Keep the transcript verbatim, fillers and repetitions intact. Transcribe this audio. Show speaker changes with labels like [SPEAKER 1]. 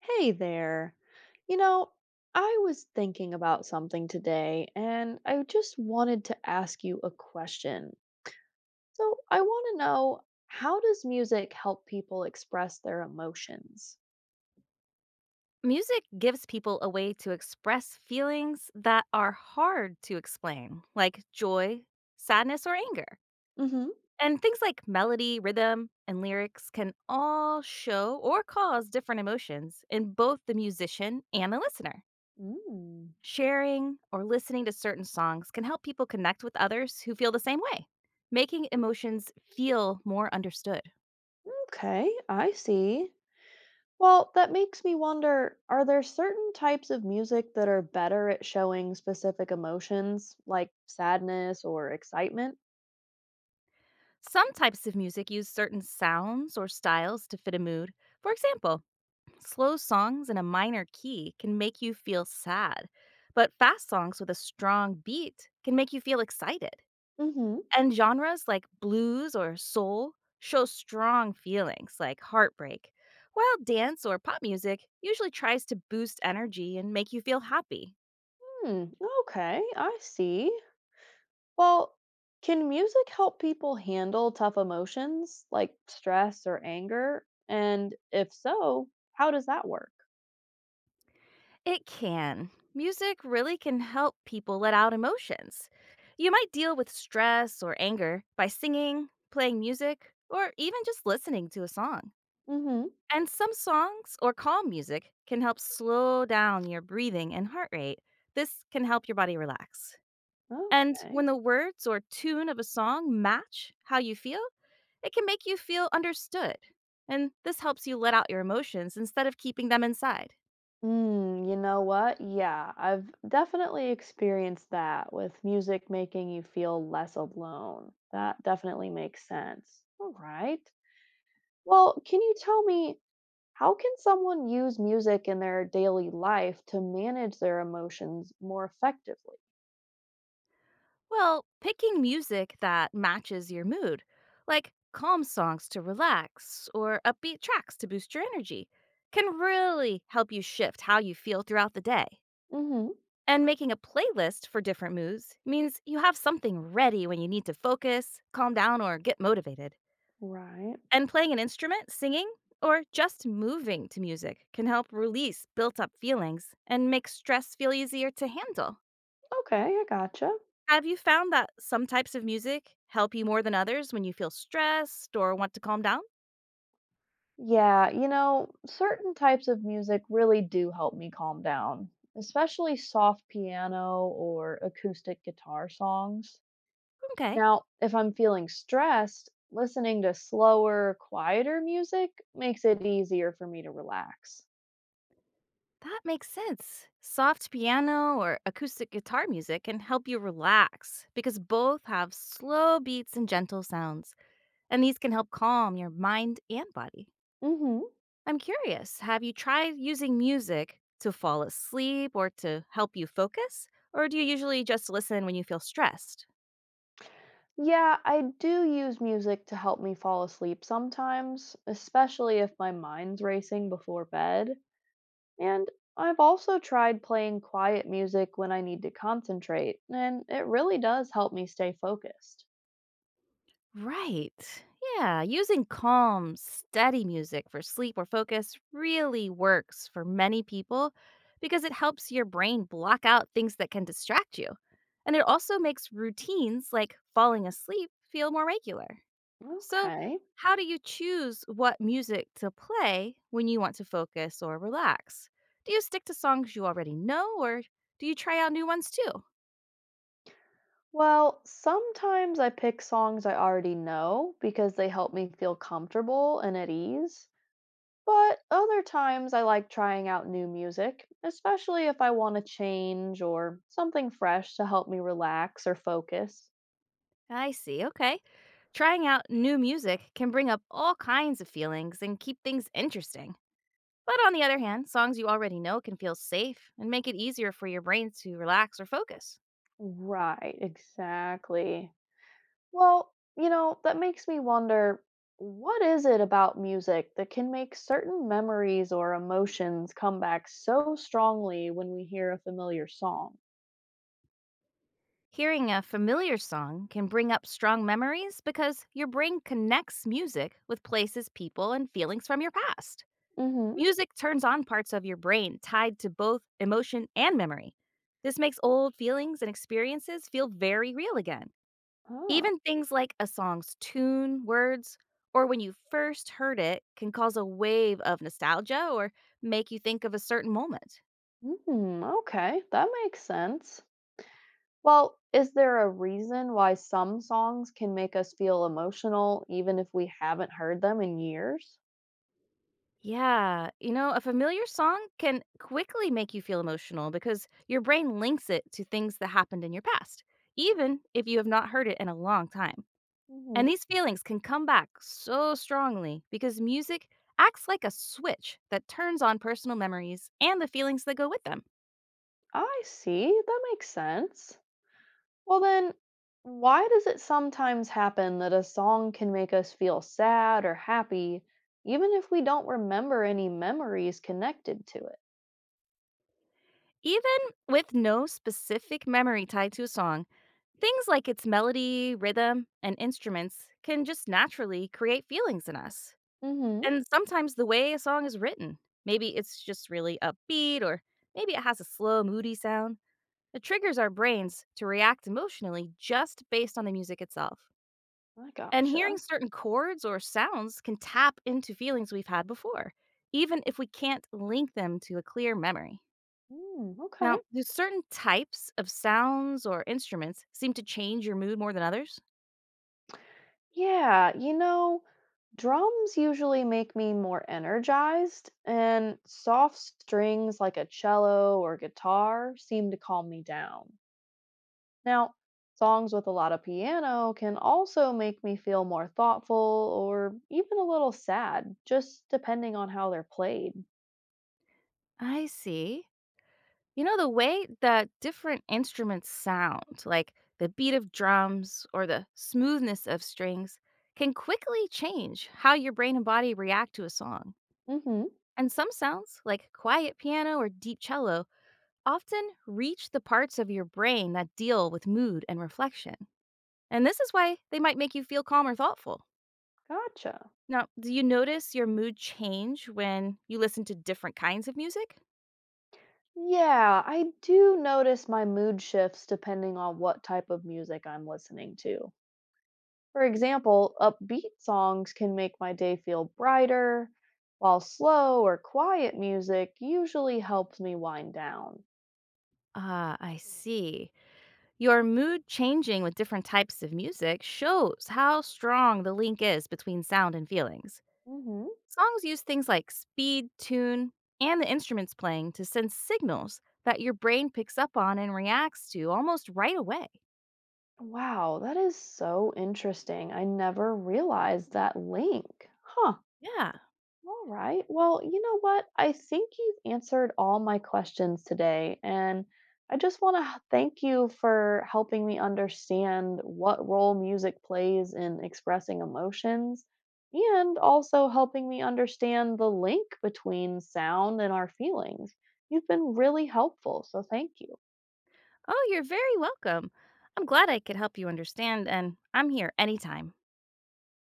[SPEAKER 1] Hey there. You know, I was thinking about something today and I just wanted to ask you a question. So, I want to know, how does music help people express their emotions?
[SPEAKER 2] Music gives people a way to express feelings that are hard to explain, like joy, sadness, or anger.
[SPEAKER 1] Hmm.
[SPEAKER 2] And things like melody, rhythm, and lyrics can all show or cause different emotions in both the musician and the listener.
[SPEAKER 1] Mm.
[SPEAKER 2] Sharing or listening to certain songs can help people connect with others who feel the same way, making emotions feel more understood.
[SPEAKER 1] Okay, I see. Well, that makes me wonder, are there certain types of music that are better at showing specific emotions, like sadness or excitement?
[SPEAKER 2] Some types of music use certain sounds or styles to fit a mood. For example, slow songs in a minor key can make you feel sad, but fast songs with a strong beat can make you feel excited.
[SPEAKER 1] Hmm.
[SPEAKER 2] And genres like blues or soul show strong feelings like heartbreak, while dance or pop music usually tries to boost energy and make you feel happy.
[SPEAKER 1] Hmm, okay, I see. Well, can music help people handle tough emotions like stress or anger? And if so, how does that work?
[SPEAKER 2] It can. Music really can help people let out emotions. You might deal with stress or anger by singing, playing music, or even just listening to a song.
[SPEAKER 1] Mhm.
[SPEAKER 2] And some songs or calm music can help slow down your breathing and heart rate. This can help your body relax. And
[SPEAKER 1] Okay.
[SPEAKER 2] when the words or tune of a song match how you feel, it can make you feel understood. And this helps you let out your emotions instead of keeping them inside.
[SPEAKER 1] Mm, you know what? Yeah, I've definitely experienced that with music making you feel less alone. That definitely makes sense. All right. Well, can you tell me, how can someone use music in their daily life to manage their emotions more effectively?
[SPEAKER 2] Well, picking music that matches your mood, like calm songs to relax or upbeat tracks to boost your energy, can really help you shift how you feel throughout the day.
[SPEAKER 1] Mhm.
[SPEAKER 2] And making a playlist for different moves means you have something ready when you need to focus, calm down, or get motivated.
[SPEAKER 1] Right.
[SPEAKER 2] And playing an instrument, singing, or just moving to music can help release built up feelings and make stress feel easier to handle.
[SPEAKER 1] Okay, I gotcha.
[SPEAKER 2] Have you found that some types of music help you more than others when you feel stressed or want to calm down?
[SPEAKER 1] Yeah, you know, certain types of music really do help me calm down, especially soft piano or acoustic guitar songs.
[SPEAKER 2] Okay,
[SPEAKER 1] Now, if I'm feeling stressed, listening to slower, quieter music makes it easier for me to relax.
[SPEAKER 2] that makes sense. Soft piano or acoustic guitar music can help you relax because both have slow beats and gentle sounds, and these can help calm your mind and body.
[SPEAKER 1] Mhm.
[SPEAKER 2] I'm curious, have you tried using music to fall asleep or to help you focus? Or do you usually just listen when you feel stressed?
[SPEAKER 1] Yeah, I do use music to help me fall asleep sometimes, especially if my mind's racing before bed. And I've also tried playing quiet music when I need to concentrate, and it really does help me stay focused.
[SPEAKER 2] Right. Yeah, using calm, steady music for sleep or focus really works for many people because it helps your brain block out things that can distract you. And it also makes routines like falling asleep feel more regular. So,
[SPEAKER 1] Okay.
[SPEAKER 2] how do you choose what music to play when you want to focus or relax? Do you stick to songs you already know or do you try out new ones too?
[SPEAKER 1] Well, sometimes I pick songs I already know because they help me feel comfortable and at ease. But other times I like trying out new music, especially if I want to change or something fresh to help me relax or focus.
[SPEAKER 2] I see. Okay. Trying out new music can bring up all kinds of feelings and keep things interesting. But on the other hand, songs you already know can feel safe and make it easier for your brain to relax or focus.
[SPEAKER 1] Right, exactly. Well, you know, that makes me wonder, what is it about music that can make certain memories or emotions come back so strongly when we hear a familiar song?
[SPEAKER 2] Hearing a familiar song can bring up strong memories because your brain connects music with places, people, and feelings from your past.
[SPEAKER 1] Mm-hmm.
[SPEAKER 2] Music turns on parts of your brain tied to both emotion and memory. This makes old feelings and experiences feel very real again.
[SPEAKER 1] Oh,
[SPEAKER 2] Even things like a song's tune, words, or when you first heard it can cause a wave of nostalgia or make you think of a certain moment.
[SPEAKER 1] hmm. Okay, that makes sense. Well, is there a reason why some songs can make us feel emotional even if we haven't heard them in years?
[SPEAKER 2] Yeah, you know, a familiar song can quickly make you feel emotional because your brain links it to things that happened in your past, even if you have not heard it in a long time. And
[SPEAKER 1] Mm-hmm.
[SPEAKER 2] these feelings can come back so strongly because music acts like a switch that turns on personal memories and the feelings that go with them.
[SPEAKER 1] I see. That makes sense. Well, then, why does it sometimes happen that a song can make us feel sad or happy, even if we don't remember any memories connected to it?
[SPEAKER 2] Even with no specific memory tied to a song, things like its melody, rhythm, and instruments can just naturally create feelings in us.
[SPEAKER 1] Mm
[SPEAKER 2] And sometimes the way a song is written, maybe it's just really upbeat or maybe it has a slow, moody sound, it triggers our brains to react emotionally just based on the music itself.
[SPEAKER 1] hmm. I
[SPEAKER 2] And hearing
[SPEAKER 1] gotcha.
[SPEAKER 2] certain chords or sounds can tap into feelings we've had before, even if we can't link them to a clear memory.
[SPEAKER 1] Mm, okay.
[SPEAKER 2] Now, do certain types of sounds or instruments seem to change your mood more than others?
[SPEAKER 1] Yeah, you know, drums usually make me more energized, and soft strings like a cello or guitar seem to calm me down. Now, songs with a lot of piano can also make me feel more thoughtful or even a little sad, just depending on how they're played.
[SPEAKER 2] I see. You know, the way that different instruments sound, like the beat of drums or the smoothness of strings, can quickly change how your brain and body react to a song.
[SPEAKER 1] Hmm.
[SPEAKER 2] And some sounds, like quiet piano or deep cello, often reach the parts of your brain that deal with mood and reflection. And this is why they might make you feel calm or thoughtful.
[SPEAKER 1] Gotcha.
[SPEAKER 2] Now, do you notice your mood change when you listen to different kinds of music?
[SPEAKER 1] Yeah, I do notice my mood shifts depending on what type of music I'm listening to. For example, upbeat songs can make my day feel brighter, while slow or quiet music usually helps me wind down.
[SPEAKER 2] Ah, I see. Your mood changing with different types of music shows how strong the link is between sound and feelings.
[SPEAKER 1] Hmm.
[SPEAKER 2] Songs use things like speed, tune, and the instruments playing to send signals that your brain picks up on and reacts to almost right away.
[SPEAKER 1] Wow, that is so interesting. I never realized that link. Huh.
[SPEAKER 2] Yeah.
[SPEAKER 1] All right. Well, you know what? I think you've answered all my questions today. And I just want to thank you for helping me understand what role music plays in expressing emotions and also helping me understand the link between sound and our feelings. You've been really helpful. So thank you.
[SPEAKER 2] Oh, you're very welcome. I'm glad I could help you understand, and I'm here anytime.